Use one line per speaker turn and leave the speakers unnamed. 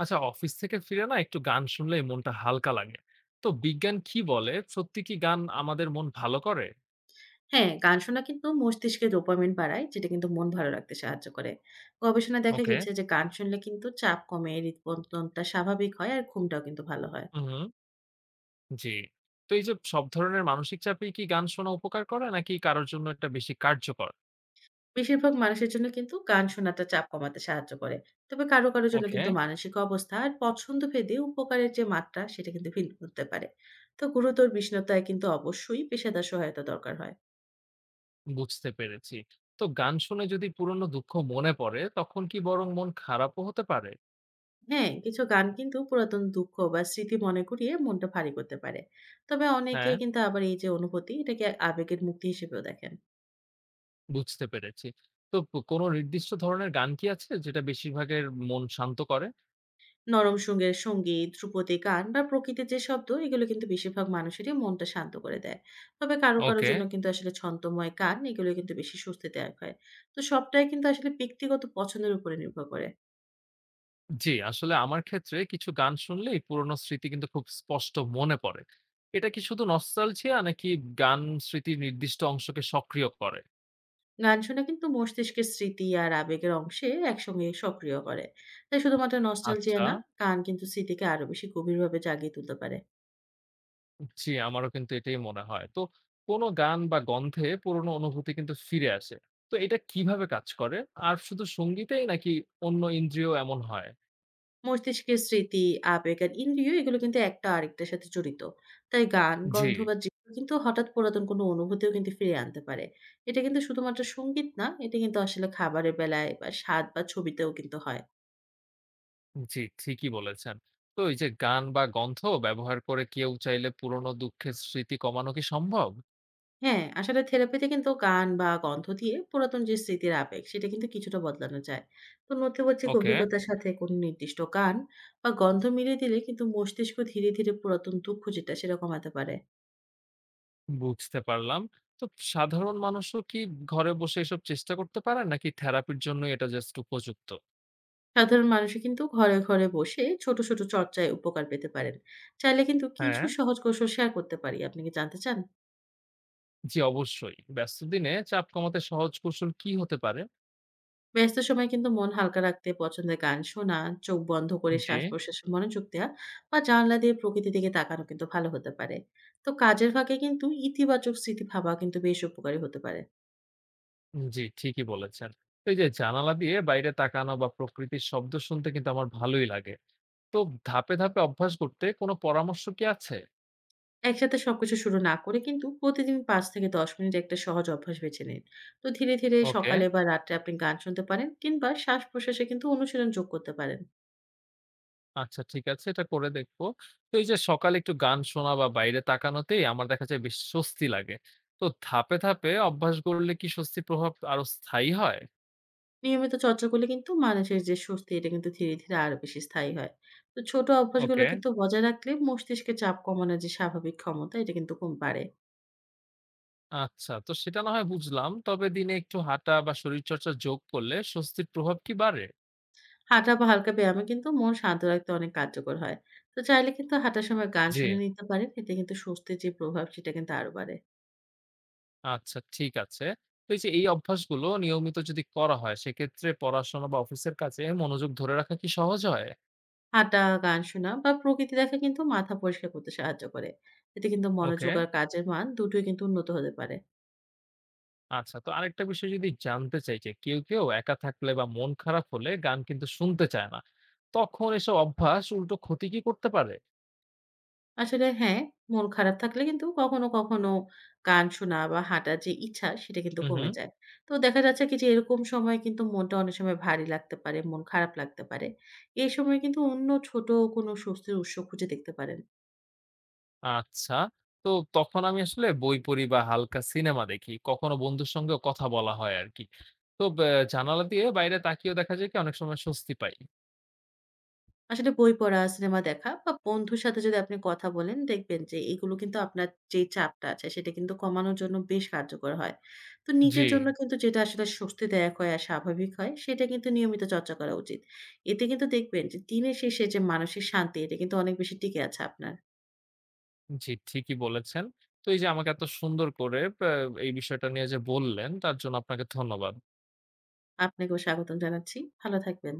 আচ্ছা, অফিস থেকে ফিরে না একটু গান শুনলেই মনটা হালকা লাগে। তো বিজ্ঞান কি বলে, সত্যি কি গান আমাদের মন ভালো করে?
হ্যাঁ, গান শোনা কিন্তু মস্তিষ্কে ডোপামিন বাড়ায়, যেটা কিন্তু মন ভালো রাখতে সাহায্য করে। গবেষণায় দেখা
ওকে।
গেছে যে গান শুনলে কিন্তু চাপ কমে, হৃদস্পন্দনটা স্বাভাবিক হয় আর ঘুমটাও কিন্তু ভালো হয়।
হুম। জি। তো এই যে সব ধরনের মানসিক চাপে কি গান শোনা উপকার করে নাকি কারোর জন্য এটা বেশি কার্যকর?
বেশিরভাগ মানুষের জন্য কিন্তু গান শোনাটা চাপ কমাতে সাহায্য করে। তবে কারো, কারো জন্য
ওকে।
কিন্তু মানসিক অবস্থা আর পছন্দ ভেদে উপকারের যে মাত্রা সেটা কিন্তু ভিন্ন হতে পারে। তো গুরুতর বিষণ্ণতায় কিন্তু অবশ্যই পেশাদার সহায়তা দরকার হয়।
বুঝতে পেরেছি। তো গান শুনে যদি পুরনো দুঃখ মনে পড়ে তখন কি বরং মন খারাপও হতে পারে?
হ্যাঁ, কিছু গান কিন্তু পুরাতন দুঃখ বা স্মৃতি মনে করিয়ে মনটা ভারী করতে পারে। তবে অনেকে
হ্যাঁ।
কিন্তু আবার এই যে অনুভূতি এটাকে আবেগের মুক্তি হিসেবেও দেখেন।
বুঝতে পেরেছি। তো কোনো নির্দিষ্ট ধরনের গান কি আছে যেটা বেশিরভাগের মন শান্ত করে?
নরম সুরের সঙ্গীত, ধ্রুপদী গান বা প্রকৃতির যে শব্দ এগুলো কিন্তু বেশিরভাগ মানুষেরই মনটা শান্ত করে দেয়। তবে কারো, কারো
ওকে।
জন্য কিন্তু আসলে ছন্দময় গান এগুলো কিন্তু বেশি স্বস্তিদায়ক হয়। তো সবটাই কিন্তু আসলে ব্যক্তিগত পছন্দের উপরে নির্ভর করে।
জি, আসলে আমার ক্ষেত্রে কিছু গান শুনলেই পুরোনো স্মৃতি কিন্তু খুব স্পষ্ট মনে পড়ে। এটা কি শুধু নস্টালজিয়া নাকি গান স্মৃতির নির্দিষ্ট অংশকে সক্রিয় করে?
গান শোনা কিন্তু মস্তিষ্কের স্মৃতি আর আবেগের অংশে একসঙ্গে সক্রিয় করে। তাই শুধুমাত্র নস্টালজিয়া
আচ্ছা,
না, গান কিন্তু স্মৃতিকে আরো বেশি গভীরভাবে জাগিয়ে তুলতে পারে।
জি, আমারও কিন্তু এটাই মনে হয়। তো কোন গান বা গন্ধে পুরোনো অনুভূতি কিন্তু ফিরে আসে। তো এটা কিভাবে কাজ করে? আর শুধু সংগীতেই নাকি অন্য ইন্দ্রিয় এমন হয়?
মস্তিষ্কের স্মৃতি, আবেগ আর ইন্দ্রিয় এগুলো কিন্তু একটা আরেকটার সাথে জড়িত। তাই গান,
জি,
গন্ধ বা দৃশ্য কিন্তু হঠাৎ পুরাতন কোনো অনুভূতিও কিন্তু ফিরিয়ে আনতে পারে। এটা কিন্তু শুধুমাত্র সঙ্গীত না, এটা কিন্তু আসলে খাবারের বেলায় বা স্বাদ বা ছবিতেও কিন্তু হয়।
জি, ঠিকই বলেছেন। তো এই যে গান বা গন্ধ ব্যবহার করে কেউ চাইলে পুরোনো দুঃখের স্মৃতি কমানো কি সম্ভব?
হ্যাঁ, আসলে থেরাপিতে কিন্তু গান বা গন্ধ দিয়ে পুরাতন যে স্মৃতির আবেগ সেটা কিন্তু কিছুটা বদলানো যায়। তো নথিবাচিক
ওকে।
অভিজ্ঞতার সাথে কোনো নির্দিষ্ট গান বা গন্ধ মিলিয়ে দিলে কিন্তু মস্তিষ্ক ধীরে, ধীরে পুরাতন দুঃখ যেটা সেটা কমাতে পারে।
বুঝতে পারলাম। তো সাধারণ মানুষও কি ঘরে বসে এসব চেষ্টা করতে পারেন? নাকি থেরাপির জন্যই এটা জাস্ট উপযুক্ত?
সাধারণ মানুষই কিন্তু ঘরে, ঘরে বসে ছোট, ছোট চর্চায় উপকার পেতে পারেন। চাইলে কিন্তু কিছু
হ্যাঁ।
সহজ কৌশল শেয়ার করতে পারি। আপনি কি জানতে চান?
জি, অবশ্যই। ব্যস্ত দিনে চাপ কমাতে সহজ কৌশল কি হতে পারে?
ব্যস্ত সময়ে কিন্তু মন হালকা রাখতে পছন্দের গান শোনা, চোখ বন্ধ করে
জি।
শ্বাস-প্রশ্বাসে মনোযোগ দেওয়া বা জানলা দিয়ে প্রকৃতির দিকে তাকানো কিন্তু ভালো হতে পারে। তো কাজের ফাঁকে কিন্তু ইতিবাচক স্মৃতি ভাবা কিন্তু বেশ উপকারী হতে পারে।
জি, ঠিকই বলেছেন। তো এই যে জানালা দিয়ে বাইরে তাকানো বা প্রকৃতির শব্দ শুনতে কিন্তু আমার ভালোই লাগে। তো ধাপে, ধাপে অভ্যাস করতে কোনো পরামর্শ কি আছে?
একসাথে সবকিছু শুরু না করে কিন্তু প্রতিদিন ৫ থেকে ১০ মিনিট একটা সহজ অভ্যাস বেছে নিন। তো ধীরে, ধীরে
ওকে।
সকালে বা রাত্রে আপনি গান শুনতে পারেন কিংবা শ্বাস-প্রশ্বাসে কিন্তু অনুশীলন যোগ করতে পারেন।
আচ্ছা, ঠিক আছে। এটা করে দেখব। তো এই যে সকালে একটু গান শোনা বা বাইরে তাকানোতেই আমার দেখা যায় বেশ স্বস্তি লাগে। তো ধাপে, ধাপে অভ্যাস গড়লে কি স্বস্তির প্রভাব আরো স্থায়ী হয়?
নিয়মিত চর্চা করলে কিন্তু মানুষের যে স্বস্তি এটা কিন্তু ধীরে ধীরে আরো বেশি স্থায়ী হয়। তো ছোট অভ্যাসগুলো
ওকে।
কিন্তু বজায় রাখলে মস্তিষ্কে চাপ কমানোর যে স্বাভাবিক ক্ষমতা এটা কিন্তু কম বাড়ে।
আচ্ছা। তো সেটা না হয় বুঝলাম। তবে দিনে একটু হাঁটা বা শরীরচর্চা যোগ করলে স্বস্তির প্রভাব কি বাড়ে?
হাঁটা বা হালকা ব্যায়ামও কিন্তু মন শান্ত রাখতে অনেক কার্যকর হয়। তো চাইলে কিন্তু হাঁটার সময় গান
জি।
শুনে নিতে পারেন। এতে কিন্তু স্বস্তির যে প্রভাব সেটা কিন্তু আরো বাড়ে।
আচ্ছা, ঠিক আছে। তো এই যে এই অভ্যাসগুলো নিয়মিত যদি করা হয় সেক্ষেত্রে পড়াশোনা বা অফিসের কাজে মনোযোগ ধরে রাখা কি সহজ হয়?
হাঁটা, গান শোনা বা প্রকৃতি দেখা কিন্তু মাথা পরিষ্কার করতে সাহায্য করে। এতে কিন্তু
ওকে।
মনোযোগ আর কাজের মান দুটোই কিন্তু উন্নত হতে পারে।
আচ্ছা, তো আরেকটা বিষয় যদি জানতে চাই যে কেউ, কেউ একা থাকলে বা মন খারাপ হলে গান কিন্তু শুনতে চায় না। তখন এসব অভ্যাস উল্টো ক্ষতি কি করতে পারে?
আসলে হ্যাঁ, মন খারাপ থাকলে কিন্তু কখনো, কখনো গান শোনা বা হাঁটার যে ইচ্ছা সেটা কিন্তু
হু, হু।
কমে যায়। তো দেখা যাচ্ছে কি যে এরকম সময় কিন্তু মনটা অনেক সময় ভারী লাগতে পারে, মন খারাপ লাগতে পারে। এই সময় কিন্তু অন্য ছোট কোনো স্বস্তির উৎস খুঁজে দেখতে পারেন।
আচ্ছা। তো তখন আমি আসলে বই পড়ি বা হালকা সিনেমা দেখি। কখনো বন্ধুর সঙ্গেও কথা বলা হয় আরকি। তো জানালা দিয়ে বাইরে তাকিয়েও দেখা যায় কি অনেক সময় স্বস্তি পাই।
আসলে বই পড়া, সিনেমা দেখা বা বন্ধুর সাথে যদি আপনি কথা বলেন, দেখবেন যে এগুলো কিন্তু আপনার যে চাপটা আছে সেটা কিন্তু কমানোর জন্য বেশ কার্যকর হয়। তো
জি,
নিজের জন্য কিন্তু যেটা আসলে স্বস্তিদায়ক হয় আর স্বাভাবিক হয় সেটা কিন্তু নিয়মিত চর্চা করা উচিত। এতে কিন্তু দেখবেন যে দিনের শেষে যে মানসিক শান্তি এটা কিন্তু অনেক বেশি টিকে আছে আপনার।
জি, ঠিকই বলেছেন। তো এই যে আমাকে এত সুন্দর করে এই বিষয়টা নিয়ে যে বললেন তার জন্য আপনাকে ধন্যবাদ।
আপনাকেও স্বাগতম জানাচ্ছি। ভালো থাকবেন।